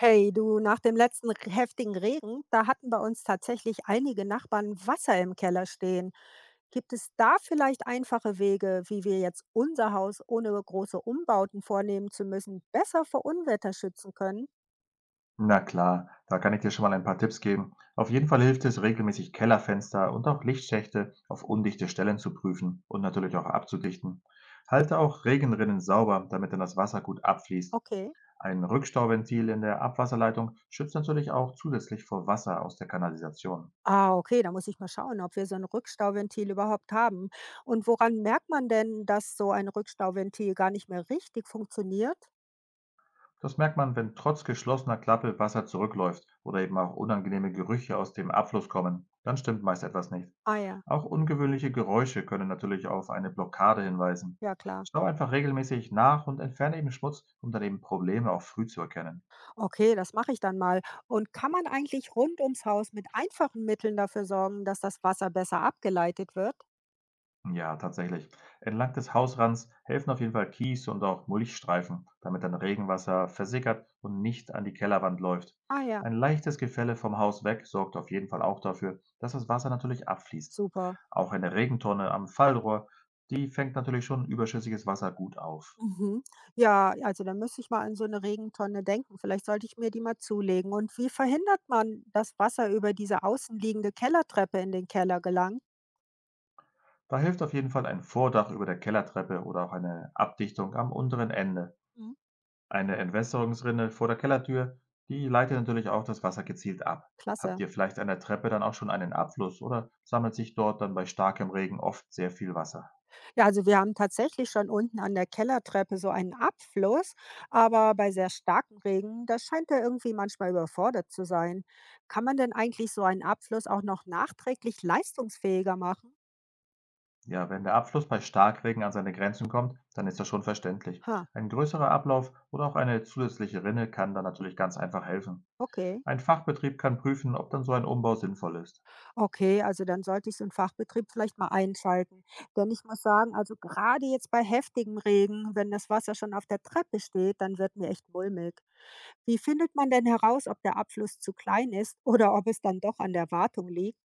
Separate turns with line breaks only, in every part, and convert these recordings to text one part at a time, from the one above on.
Hey, du, nach dem letzten heftigen Regen, da hatten bei uns tatsächlich einige Nachbarn Wasser im Keller stehen. Gibt es da vielleicht einfache Wege, wie wir jetzt unser Haus, ohne große Umbauten vornehmen zu müssen, besser vor Unwetter schützen können?
Na klar, da kann ich dir schon mal ein paar Tipps geben. Auf jeden Fall hilft es, regelmäßig Kellerfenster und auch Lichtschächte auf undichte Stellen zu prüfen und natürlich auch abzudichten. Halte auch Regenrinnen sauber, damit dann das Wasser gut abfließt.
Okay.
Ein Rückstauventil in der Abwasserleitung schützt natürlich auch zusätzlich vor Wasser aus der Kanalisation.
Ah, okay, da muss ich mal schauen, ob wir so ein Rückstauventil überhaupt haben. Und woran merkt man denn, dass so ein Rückstauventil gar nicht mehr richtig funktioniert?
Das merkt man, wenn trotz geschlossener Klappe Wasser zurückläuft oder eben auch unangenehme Gerüche aus dem Abfluss kommen. Dann stimmt meist etwas nicht.
Ah ja,
Auch ungewöhnliche Geräusche können natürlich auf eine Blockade hinweisen.
ja klar.
Schau einfach regelmäßig nach und entferne eben Schmutz, um daneben Probleme auch früh zu erkennen.
Okay, das mache ich dann mal. Und kann man eigentlich rund ums Haus mit einfachen Mitteln dafür sorgen, dass das Wasser besser abgeleitet wird?
Ja, tatsächlich. Entlang des Hausrands helfen auf jeden Fall Kies und auch Mulchstreifen, damit dann Regenwasser versickert und nicht an die Kellerwand läuft.
Ah ja,
Ein leichtes Gefälle vom Haus weg sorgt auf jeden Fall auch dafür, dass das Wasser natürlich abfließt.
super.
Auch eine Regentonne am Fallrohr, die fängt natürlich schon überschüssiges Wasser gut auf.
Mhm. Ja, also dann müsste ich mal an so eine Regentonne denken. Vielleicht sollte ich mir die mal zulegen. Und wie verhindert man, dass Wasser über diese außenliegende Kellertreppe in den Keller gelangt?
Da hilft auf jeden Fall ein Vordach über der Kellertreppe oder auch eine Abdichtung am unteren Ende.
Mhm.
Eine Entwässerungsrinne vor der Kellertür, die leitet natürlich auch das Wasser gezielt ab.
Klasse.
Habt ihr vielleicht an der Treppe dann auch schon einen Abfluss oder sammelt sich dort dann bei starkem Regen oft sehr viel Wasser?
Ja, also wir haben tatsächlich schon unten an der Kellertreppe so einen Abfluss, aber bei sehr starkem Regen, da scheint er irgendwie manchmal überfordert zu sein. Kann man denn eigentlich so einen Abfluss auch noch nachträglich leistungsfähiger machen?
Ja, wenn der Abfluss bei Starkregen an seine Grenzen kommt, dann ist das schon verständlich.
Ha,
Ein größerer Ablauf oder auch eine zusätzliche Rinne kann dann natürlich ganz einfach helfen.
okay.
Ein Fachbetrieb kann prüfen, ob dann so ein Umbau sinnvoll ist.
Okay, also dann sollte ich so einen Fachbetrieb vielleicht mal einschalten. Denn ich muss sagen, also gerade jetzt bei heftigem Regen, wenn das Wasser schon auf der Treppe steht, dann wird mir echt mulmig. Wie findet man denn heraus, ob der Abfluss zu klein ist oder ob es dann doch an der Wartung liegt?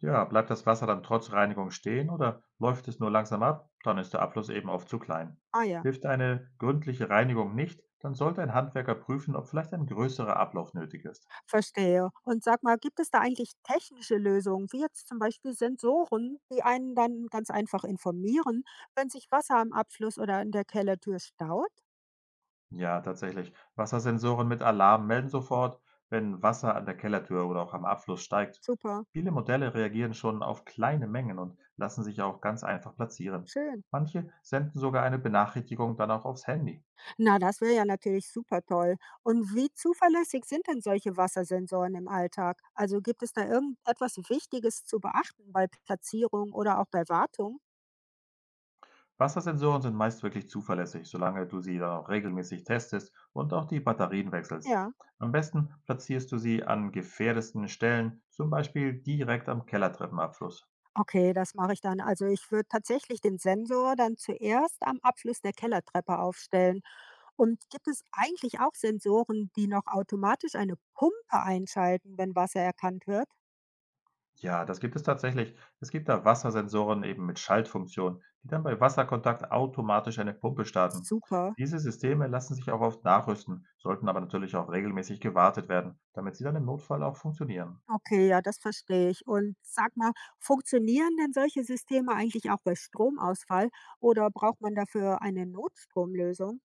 Ja, bleibt das Wasser dann trotz Reinigung stehen oder läuft es nur langsam ab, dann ist der Abfluss eben oft zu klein.
Ah ja.
Hilft eine gründliche Reinigung nicht, dann sollte ein Handwerker prüfen, ob vielleicht ein größerer Ablauf nötig ist.
Verstehe. Und sag mal, gibt es da eigentlich technische Lösungen, wie jetzt zum Beispiel Sensoren, die einen dann ganz einfach informieren, wenn sich Wasser am Abfluss oder in der Kellertür staut?
Ja, tatsächlich. Wassersensoren mit Alarm melden sofort, wenn Wasser an der Kellertür oder auch am Abfluss steigt.
Super,
Viele Modelle reagieren schon auf kleine Mengen und lassen sich auch ganz einfach platzieren.
schön.
Manche senden sogar eine Benachrichtigung dann auch aufs Handy.
Na, das wäre ja natürlich super toll. Und wie zuverlässig sind denn solche Wassersensoren im Alltag? Also gibt es da irgendetwas Wichtiges zu beachten bei Platzierung oder auch bei Wartung?
Wassersensoren sind meist wirklich zuverlässig, solange du sie dann auch regelmäßig testest und auch die Batterien wechselst.
Ja.
Am besten platzierst du sie an gefährdeten Stellen, zum Beispiel direkt am Kellertreppenabfluss.
Okay, das mache ich dann. Also ich würde tatsächlich den Sensor dann zuerst am Abfluss der Kellertreppe aufstellen. Und gibt es eigentlich auch Sensoren, die noch automatisch eine Pumpe einschalten, wenn Wasser erkannt wird?
Ja, das gibt es tatsächlich. Es gibt da Wassersensoren eben mit Schaltfunktion, die dann bei Wasserkontakt automatisch eine Pumpe starten.
Super.
Diese Systeme lassen sich auch oft nachrüsten, sollten aber natürlich auch regelmäßig gewartet werden, damit sie dann im Notfall auch funktionieren.
Okay, ja, das verstehe ich. Und sag mal, funktionieren denn solche Systeme eigentlich auch bei Stromausfall oder braucht man dafür eine Notstromlösung?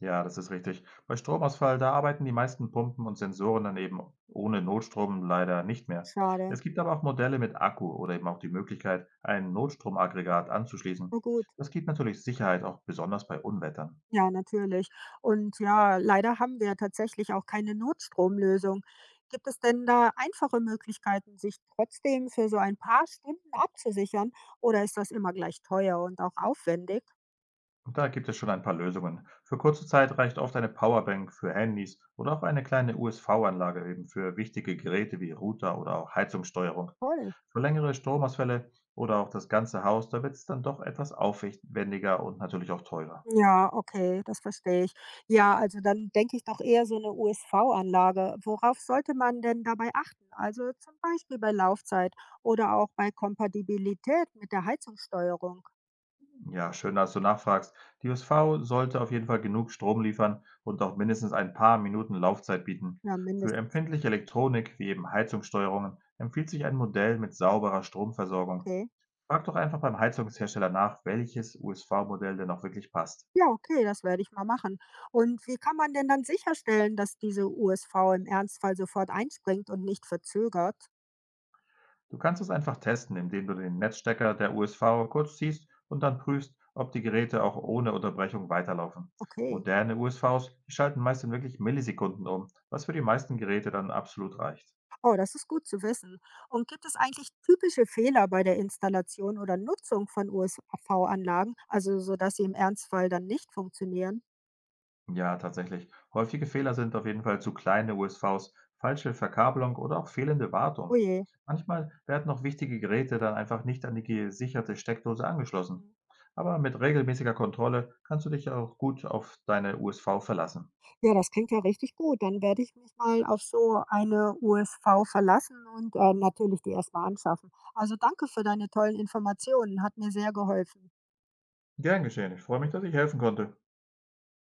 Ja, das ist richtig. Bei Stromausfall, da arbeiten die meisten Pumpen und Sensoren dann eben ohne Notstrom leider nicht mehr.
Schade.
Es gibt aber auch Modelle mit Akku oder eben auch die Möglichkeit, ein Notstromaggregat anzuschließen.
Na gut.
Das gibt natürlich Sicherheit, auch besonders bei Unwettern.
Ja, natürlich. Und ja, leider haben wir tatsächlich auch keine Notstromlösung. Gibt es denn da einfache Möglichkeiten, sich trotzdem für so ein paar Stunden abzusichern? Oder ist das immer gleich teuer und auch aufwendig?
Und da gibt es schon ein paar Lösungen. Für kurze Zeit reicht oft eine Powerbank für Handys oder auch eine kleine USV-Anlage eben für wichtige Geräte wie Router oder auch Heizungssteuerung.
Toll.
Für längere Stromausfälle oder auch das ganze Haus, da wird es dann doch etwas aufwendiger und natürlich auch teurer.
Ja, okay, das verstehe ich. Ja, also dann denke ich doch eher so eine USV-Anlage. Worauf sollte man denn dabei achten? Also zum Beispiel bei Laufzeit oder auch bei Kompatibilität mit der Heizungssteuerung.
Ja, schön, dass du nachfragst. Die USV sollte auf jeden Fall genug Strom liefern und auch mindestens ein paar Minuten Laufzeit bieten.
Ja,
Für
mindestens,
empfindliche Elektronik wie eben Heizungssteuerungen empfiehlt sich ein Modell mit sauberer Stromversorgung.
okay.
Frag doch einfach beim Heizungshersteller nach, welches USV-Modell denn auch wirklich passt.
Ja, okay, das werde ich mal machen. Und wie kann man denn dann sicherstellen, dass diese USV im Ernstfall sofort einspringt und nicht verzögert?
Du kannst es einfach testen, indem du den Netzstecker der USV kurz ziehst und dann prüfst, ob die Geräte auch ohne Unterbrechung weiterlaufen.
Okay.
Moderne USVs, die schalten meist in wirklich Millisekunden um, was für die meisten Geräte dann absolut reicht.
Oh, das ist gut zu wissen. Und gibt es eigentlich typische Fehler bei der Installation oder Nutzung von USV-Anlagen, also sodass sie im Ernstfall dann nicht funktionieren?
Ja, tatsächlich. Häufige Fehler sind auf jeden Fall zu kleine USVs, falsche Verkabelung oder auch fehlende
Oh
Wartung.
je.
Manchmal werden auch wichtige Geräte dann einfach nicht an die gesicherte Steckdose angeschlossen.
Mhm.
Aber mit regelmäßiger Kontrolle kannst du dich auch gut auf deine USV verlassen.
Ja, das klingt ja richtig gut. Dann werde ich mich mal auf so eine USV verlassen und natürlich die erstmal anschaffen. Also danke für deine tollen Informationen. Hat mir sehr geholfen.
Gern geschehen. Ich freue mich, dass ich helfen konnte.